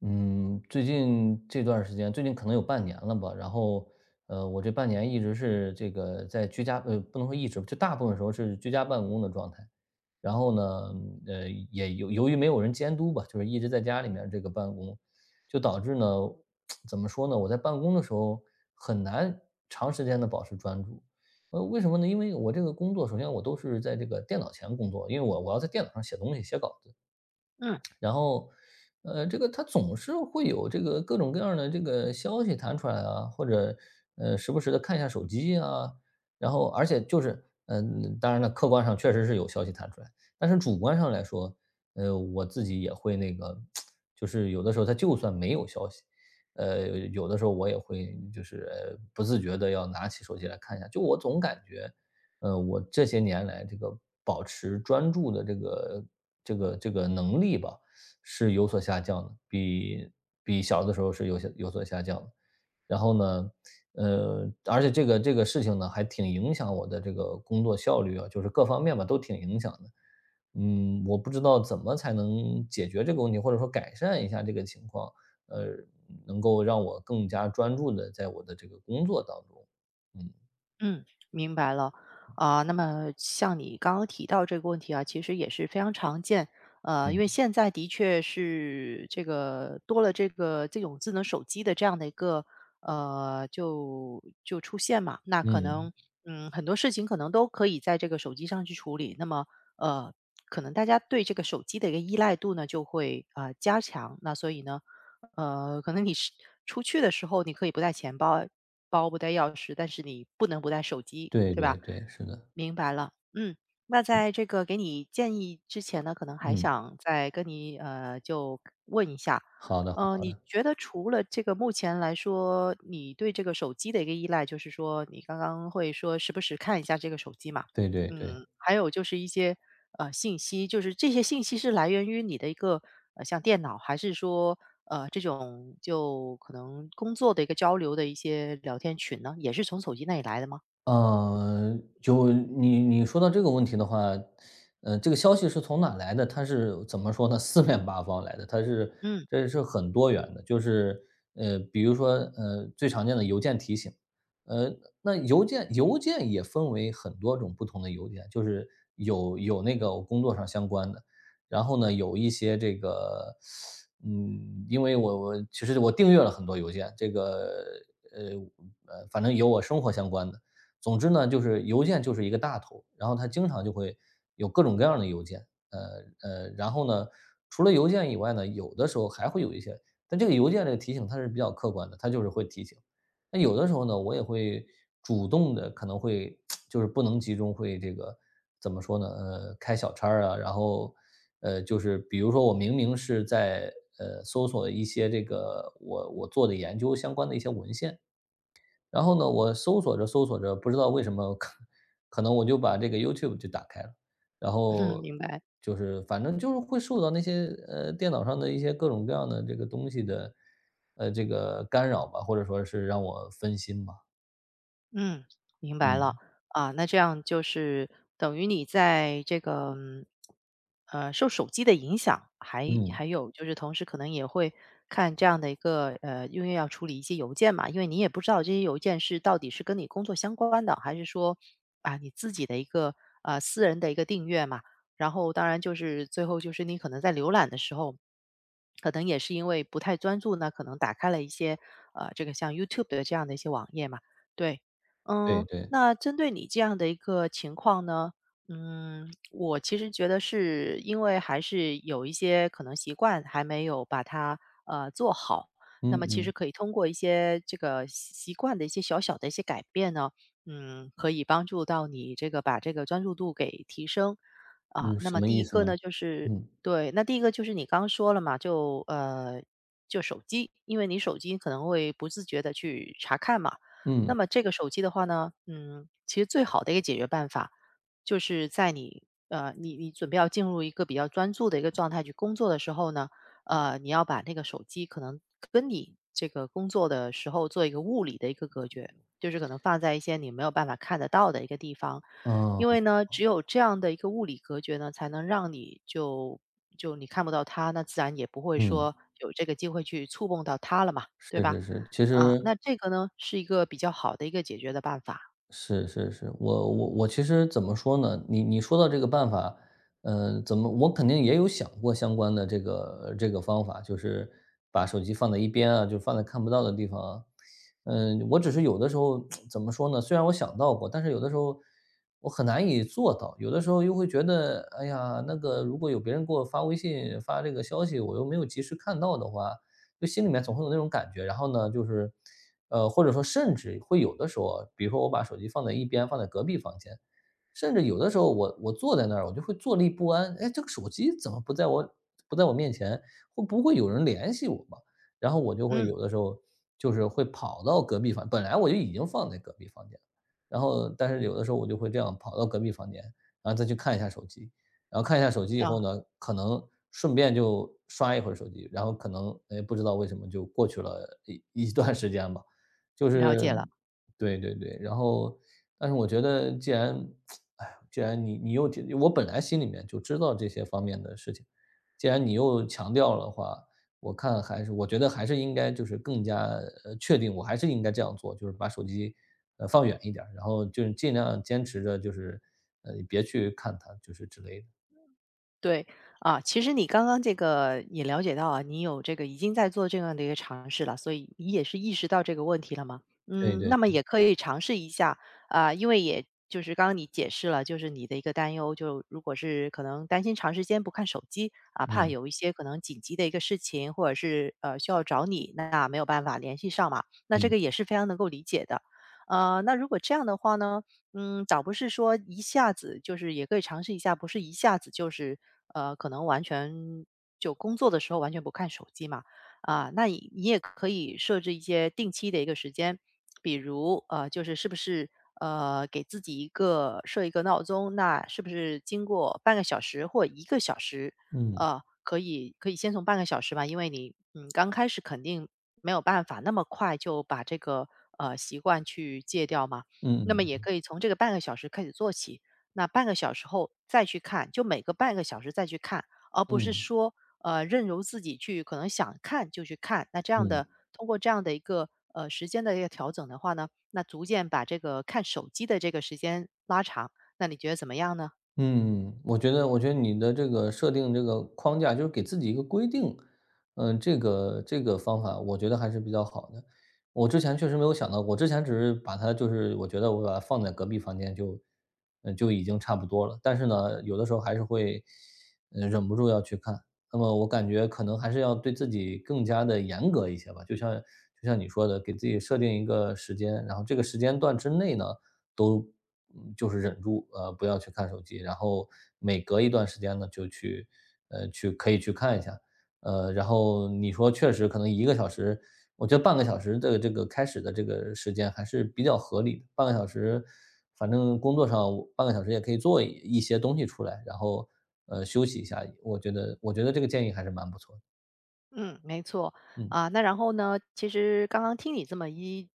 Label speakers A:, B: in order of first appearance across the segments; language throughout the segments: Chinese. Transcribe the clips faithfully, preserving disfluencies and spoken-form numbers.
A: 嗯，最近这段时间，最近可能有半年了吧。然后，呃，我这半年一直是这个在居家，呃，不能说一直，就大部分时候是居家办公的状态。然后呢，呃，也由由于没有人监督吧，就是一直在家里面这个办公，就导致呢，怎么说呢？我在办公的时候很难长时间的保持专注。呃，为什么呢？因为我这个工作，首先我都是在这个电脑前工作，因为我我要在电脑上写东西、写稿子。
B: 嗯
A: 然后，呃，这个他总是会有这个各种各样的这个消息弹出来啊，或者，呃，时不时的看一下手机啊。然后而且就是嗯，当然了，客观上确实是有消息弹出来，但是主观上来说，呃，我自己也会那个 就是有的时候他就算没有消息，呃，有的时候我也会就是，呃，不自觉的要拿起手机来看一下。就我总感觉，呃，我这些年来这个保持专注的这个这个这个能力吧，是有所下降的，比比小的时候是有些有所下降的。然后呢，呃，而且这个这个事情呢，还挺影响我的这个工作效率啊，就是各方面吧，都挺影响的。嗯，我不知道怎么才能解决这个问题，或者说改善一下这个情况，呃，能够让我更加专注的在我的这个工作当中。嗯，
B: 嗯，明白了。啊、那么像你刚刚提到这个问题啊，其实也是非常常见。呃，
A: 嗯，
B: 因为现在的确是这个多了这个这种智能手机的这样的一个呃，就就出现嘛，那可
A: 嗯，
B: 能嗯很多事情可能都可以在这个手机上去处理。那么呃，可能大家对这个手机的一个依赖度呢就会啊呃加强。那所以呢，呃，可能你是出去的时候你可以不带钱包，包不带钥匙，但是你不能不带手机，
A: 对
B: 对
A: 对
B: 吧？
A: 对，是的，
B: 明白了，嗯，那在这个给你建议之前呢，可能还
A: 嗯，
B: 想再跟你呃，就问一下，
A: 好的好的
B: 呃，
A: 好
B: 你
A: 的，
B: 觉得除了这个目前来说，你对这个手机的一个依赖，就是说你刚刚会说时不时看一下这个手机嘛？
A: 对对对。
B: 嗯，还有就是一些呃信息，就是这些信息是来源于你的一个呃像电脑，还是说呃这种就可能工作的一个交流的一些聊天群呢？也是从手机那里来的吗？
A: 呃，就你你说到这个问题的话，呃，这个消息是从哪来的？它是怎么说呢？四面八方来的，它是
B: 嗯，
A: 这是很多元的。就是呃，比如说呃，最常见的邮件提醒，呃，那邮件邮件也分为很多种不同的邮件，就是有有那个我工作上相关的，然后呢，有一些这个，嗯，因为我我其实我订阅了很多邮件，这个呃呃，反正有我生活相关的。总之呢，就是邮件就是一个大头，然后它经常就会有各种各样的邮件，呃呃，然后呢，除了邮件以外呢，有的时候还会有一些，但这个邮件这个提醒它是比较客观的，它就是会提醒。那有的时候呢，我也会主动的，可能会就是不能集中，会这个怎么说呢？呃，开小差啊，然后呃，就是比如说我明明是在呃搜索一些这个我我做的研究相关的一些文献，然后呢，我搜索着搜索着，不知道为什么，可可能我就把这个 YouTube 就打开了，然
B: 嗯
A: 后
B: 明白。
A: 就是反正就是会受到那些呃电脑上的一些各种各样的这个东西的呃这个干扰吧，或者说是让我分心吧。
B: 嗯，明白了。
A: 嗯
B: 啊，那这样就是等于你在这个，嗯呃，受手机的影响，还
A: 嗯，
B: 还有就是同时可能也会看这样的一个，呃，因为要处理一些邮件嘛，因为你也不知道这些邮件是到底是跟你工作相关的，还是说啊你自己的一个呃私人的一个订阅嘛。然后当然就是最后就是你可能在浏览的时候，可能也是因为不太专注呢，可能打开了一些呃这个像 YouTube 的这样的一些网页嘛，对。
A: 对
B: 嗯，
A: 对，
B: 那针对你这样的一个情况呢，嗯，我其实觉得是因为还是有一些可能习惯还没有把它呃做好，那
A: 嗯
B: 么其实
A: 嗯
B: 可以通过一些这个习习惯的一些小小的一些改变呢，嗯，可以帮助到你这个把这个专注度给提升啊。
A: 嗯，
B: 那
A: 什
B: 么
A: 么
B: 第
A: 意
B: 一
A: 思
B: 个
A: 呢？
B: 呢，就是
A: 嗯
B: 对，那第一个就是你刚刚说了嘛，就呃就手机，因为你手机可能会不自觉的去查看嘛。那
A: 嗯，
B: 么这个手机的话呢，嗯，其实最好的一个解决办法，就是在你呃你你准备要进入一个比较专注的一个状态去工作的时候呢，呃，你要把那个手机可能跟你这个工作的时候做一个物理的一个隔绝，就是可能放在一些你没有办法看得到的一个地方，
A: 哦，
B: 因为
A: 啊
B: 呢，只有这样的一个物理隔绝呢，才能让你就就你看不到它，那自然也不会
A: 嗯，
B: 说有这个机会去触碰到它了嘛，对
A: 是
B: 吧？
A: 是是，其
B: 啊，
A: 实
B: 那这个呢，是一个比较好的一个解决的办法。
A: 是是是，我我我其实怎么说呢？你你说到这个办法，呃，怎么我肯定也有想过相关的这个这个方法，就是把手机放在一边啊，就放在看不到的地方啊。嗯，我只是有的时候 怎么说呢？虽然我想到过，但是有的时候我很难以做到，有的时候又会觉得，哎呀，那个如果有别人给我发微信发这个消息，我又没有及时看到的话，就心里面总会有那种感觉。然后呢，就是呃，或者说甚至会有的时候，比如说我把手机放在一边，放在隔壁房间，甚至有的时候我我坐在那儿，我就会坐立不安。哎，这个手机怎么不在我不在我面前？会不会有人联系我嘛？然后我就会
B: 嗯，
A: 有的时候就是会跑到隔壁房，本来我就已经放在隔壁房间了，然后但是有的时候我就会这样跑到隔壁房间，然后再去看一下手机，然后看一下手机以后
B: 啊，
A: 呢，可能顺便就刷一会儿手机，然后可能哎不知道为什么就过去了一一段时间吧，就
B: 了解
A: 是
B: 了。
A: 对对对，然后但是我觉得既然，哎，既然你你又我本来心里面就知道这些方面的事情，既然你又强调了的话，我看还是我觉得还是应该就是更加呃确定，我还是应该这样做，就是把手机呃放远一点儿然后就是尽量坚持着就是呃别去看它，就是之类的。
B: 对，啊，其实你刚刚这个也了解到啊，你有这个已经在做这样的一个尝试了，所以你也是意识到这个问题了吗？
A: 对
B: 嗯，
A: 对，
B: 那么也可以尝试一下啊，因为也就是刚刚你解释了，就是你的一个担忧，就如果是可能担心长时间不看手机啊，怕
A: 嗯，
B: 有一些可能紧急的一个事情，或者是呃需要找你，那没有办法联系上嘛，那这
A: 嗯，
B: 个也是非常能够理解的。呃，那如果这样的话呢？嗯，倒不是说一下子就是也可以尝试一下，不是一下子就是呃，可能完全就工作的时候完全不看手机嘛，啊，那你你也可以设置一些定期的一个时间，比如呃，就是是不是呃给自己一个设一个闹钟，那是不是经过半个小时或一个小时，
A: 嗯，
B: 呃，可以可以先从半个小时吧，因为你嗯刚开始肯定没有办法那么快就把这个呃习惯去戒掉嘛。那么
A: 嗯，
B: 也
A: 嗯，
B: 可以从这个半个小时开始做起，那半个小时后再去看，就每个半个小时再去看，而不是
A: 嗯
B: 说呃任由自己去可能想看就去看。那这样
A: 嗯。
B: 的通过这样的一个呃时间的一个调整的话呢，那逐渐把这个看手机的这个时间拉长。那你觉得怎么样呢？
A: 嗯，我觉得我觉得你的这个设定这个框架，就是给自己一个规定，嗯，这个这个方法我觉得还是比较好的。我之前确实没有想到过，我之前只是把它就是我觉得我把它放在隔壁房间就，嗯，就已经差不多了。但是呢，有的时候还是会，呃，忍不住要去看。那么我感觉可能还是要对自己更加的严格一些吧，就像就像你说的，给自己设定一个时间，然后这个时间段之内呢。都嗯就是忍住，呃，不要去看手机，然后每隔一段时间呢，就去，呃，去可以去看一下，呃，然后你说确实可能一个小时，我觉得半个小时的这个开始的这个时间还是比较合理的，半个小时，反正工作上半个小时也可以做一一些东西出来，然后，呃，休息一下，我觉得我觉得这个建议还是蛮不错的，
B: 嗯，没错。
A: 嗯。
B: 啊，那然后呢，其实刚刚听你这么一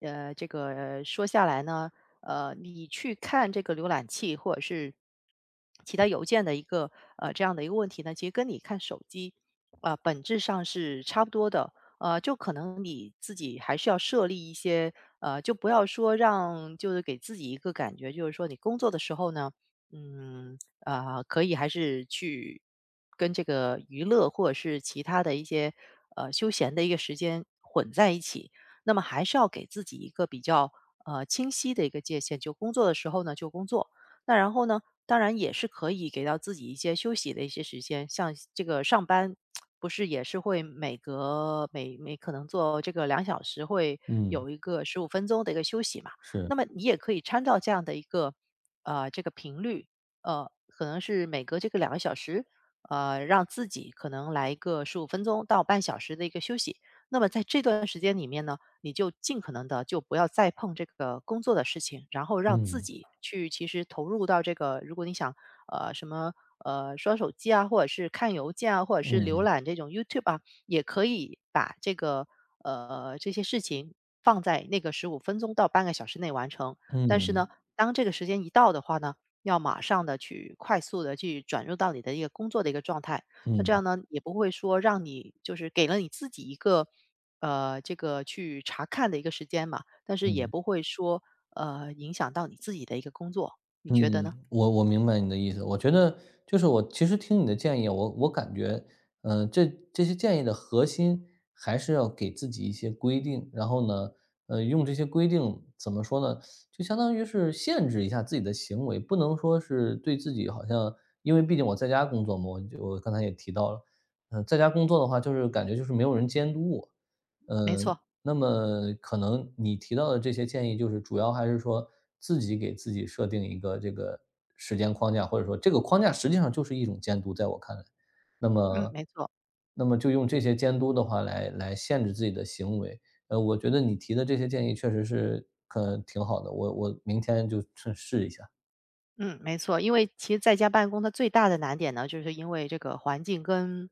B: 呃，这个说下来呢，呃，你去看这个浏览器或者是其他邮件的一个，呃，这样的一个问题呢，其实跟你看手机，啊，本质上是差不多的。呃，就可能你自己还是要设立一些，呃，就不要说让就是给自己一个感觉，就是说你工作的时候呢，嗯，啊，可以还是去跟这个娱乐或者是其他的一些呃休闲的一个时间混在一起。那么还是要给自己一个比较呃清晰的一个界限，就工作的时候呢就工作，那然后呢，当然也是可以给到自己一些休息的一些时间，像这个上班。不是也是会每隔每每可能做这个两小时会
A: 嗯，
B: 有一个十五分钟的一个休息嘛？
A: 是，
B: 那么你也可以参照这样的一个呃这个频率，呃，可能是每隔这个两个小时，呃，让自己可能来一个十五分钟到半小时的一个休息。那么在这段时间里面呢，你就尽可能的就不要再碰这个工作的事情，然后让自
A: 嗯，
B: 己去其实投入到这个，如果你想呃什么呃刷手机啊，或者是看邮件啊，或者是浏
A: 嗯，
B: 览这种 YouTube 啊，也可以把这个呃，这些事情放在那个十五分钟到半个小时内完成。但是呢，
A: 嗯，
B: 当这个时间一到的话呢，要马上的去快速的去转入到你的一个工作的一个状态。那这
A: 嗯，
B: 样呢，也不会说让你就是给了你自己一个，呃，这个去查看的一个时间嘛，但是也
A: 嗯。
B: 不会说，呃，影响到你自己的一个工作，你觉得
A: 嗯，
B: 呢？
A: 我我明白你的意思。我觉得就是我其实听你的建议，我我感觉，嗯，这这些建议的核心还是要给自己一些规定，然后呢，呃，用这些规定怎么说呢？就相当于是限制一下自己的行为，不能说是对自己好像，因为毕竟我在家工作嘛，我就我刚才也提到了，嗯、在家工作的话，就是感觉就是没有人监督我，
B: 没
A: 嗯，
B: 错，
A: 那么可能你提到的这些建议，就是主要还是说自己给自己设定一个这个时间框架，或者说这个框架实际上就是一种监督，在我看来，那
B: 嗯，
A: 么，
B: 没错。
A: 那么就用这些监督的话来来限制自己的行为。呃，我觉得你提的这些建议确实是可挺好的，我我明天就试试一下。
B: 嗯，没错，因为其实在家办公它最大的难点呢，就是因为这个环境跟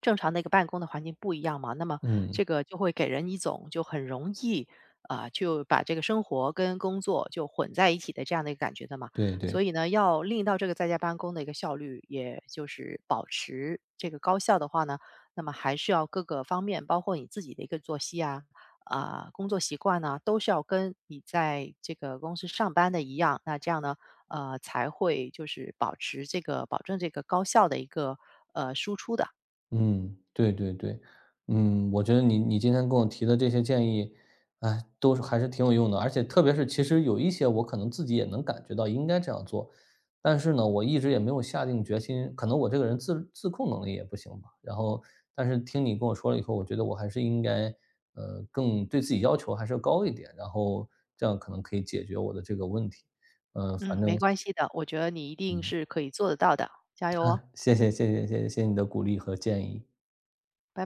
B: 正常的一个办公的环境不一样嘛，那么
A: 嗯，
B: 这个就会给人一种就很容易啊、就把这个生活跟工作就混在一起的这样的一个感觉的嘛。
A: 对对。
B: 所以呢，要令到这个在家办公的一个效率，也就是保持这个高效的话呢，那么还是要各个方面，包括你自己的一个作息啊、啊、工作习惯呢、都是要跟你在这个公司上班的一样。那这样呢，呃，才会就是保持这个保证这个高效的一个呃输出的。
A: 嗯，对对对，嗯，我觉得你你今天跟我提的这些建议，哎，都是还是挺有用的，而且特别是其实有一些我可能自己也能感觉到应该这样做，但是呢，我一直也没有下定决心，可能我这个人自自控能力也不行吧。然后，但是听你跟我说了以后，我觉得我还是应该，呃，更对自己要求还是要高一点，然后这样可能可以解决我的这个问题。呃，
B: 嗯，
A: 反
B: 没
A: 正，
B: 关系的，我觉得你一定
A: 嗯，
B: 是可以做得到的，加油哦，
A: 谢谢谢谢谢谢谢谢你的鼓励和建议。
B: 拜。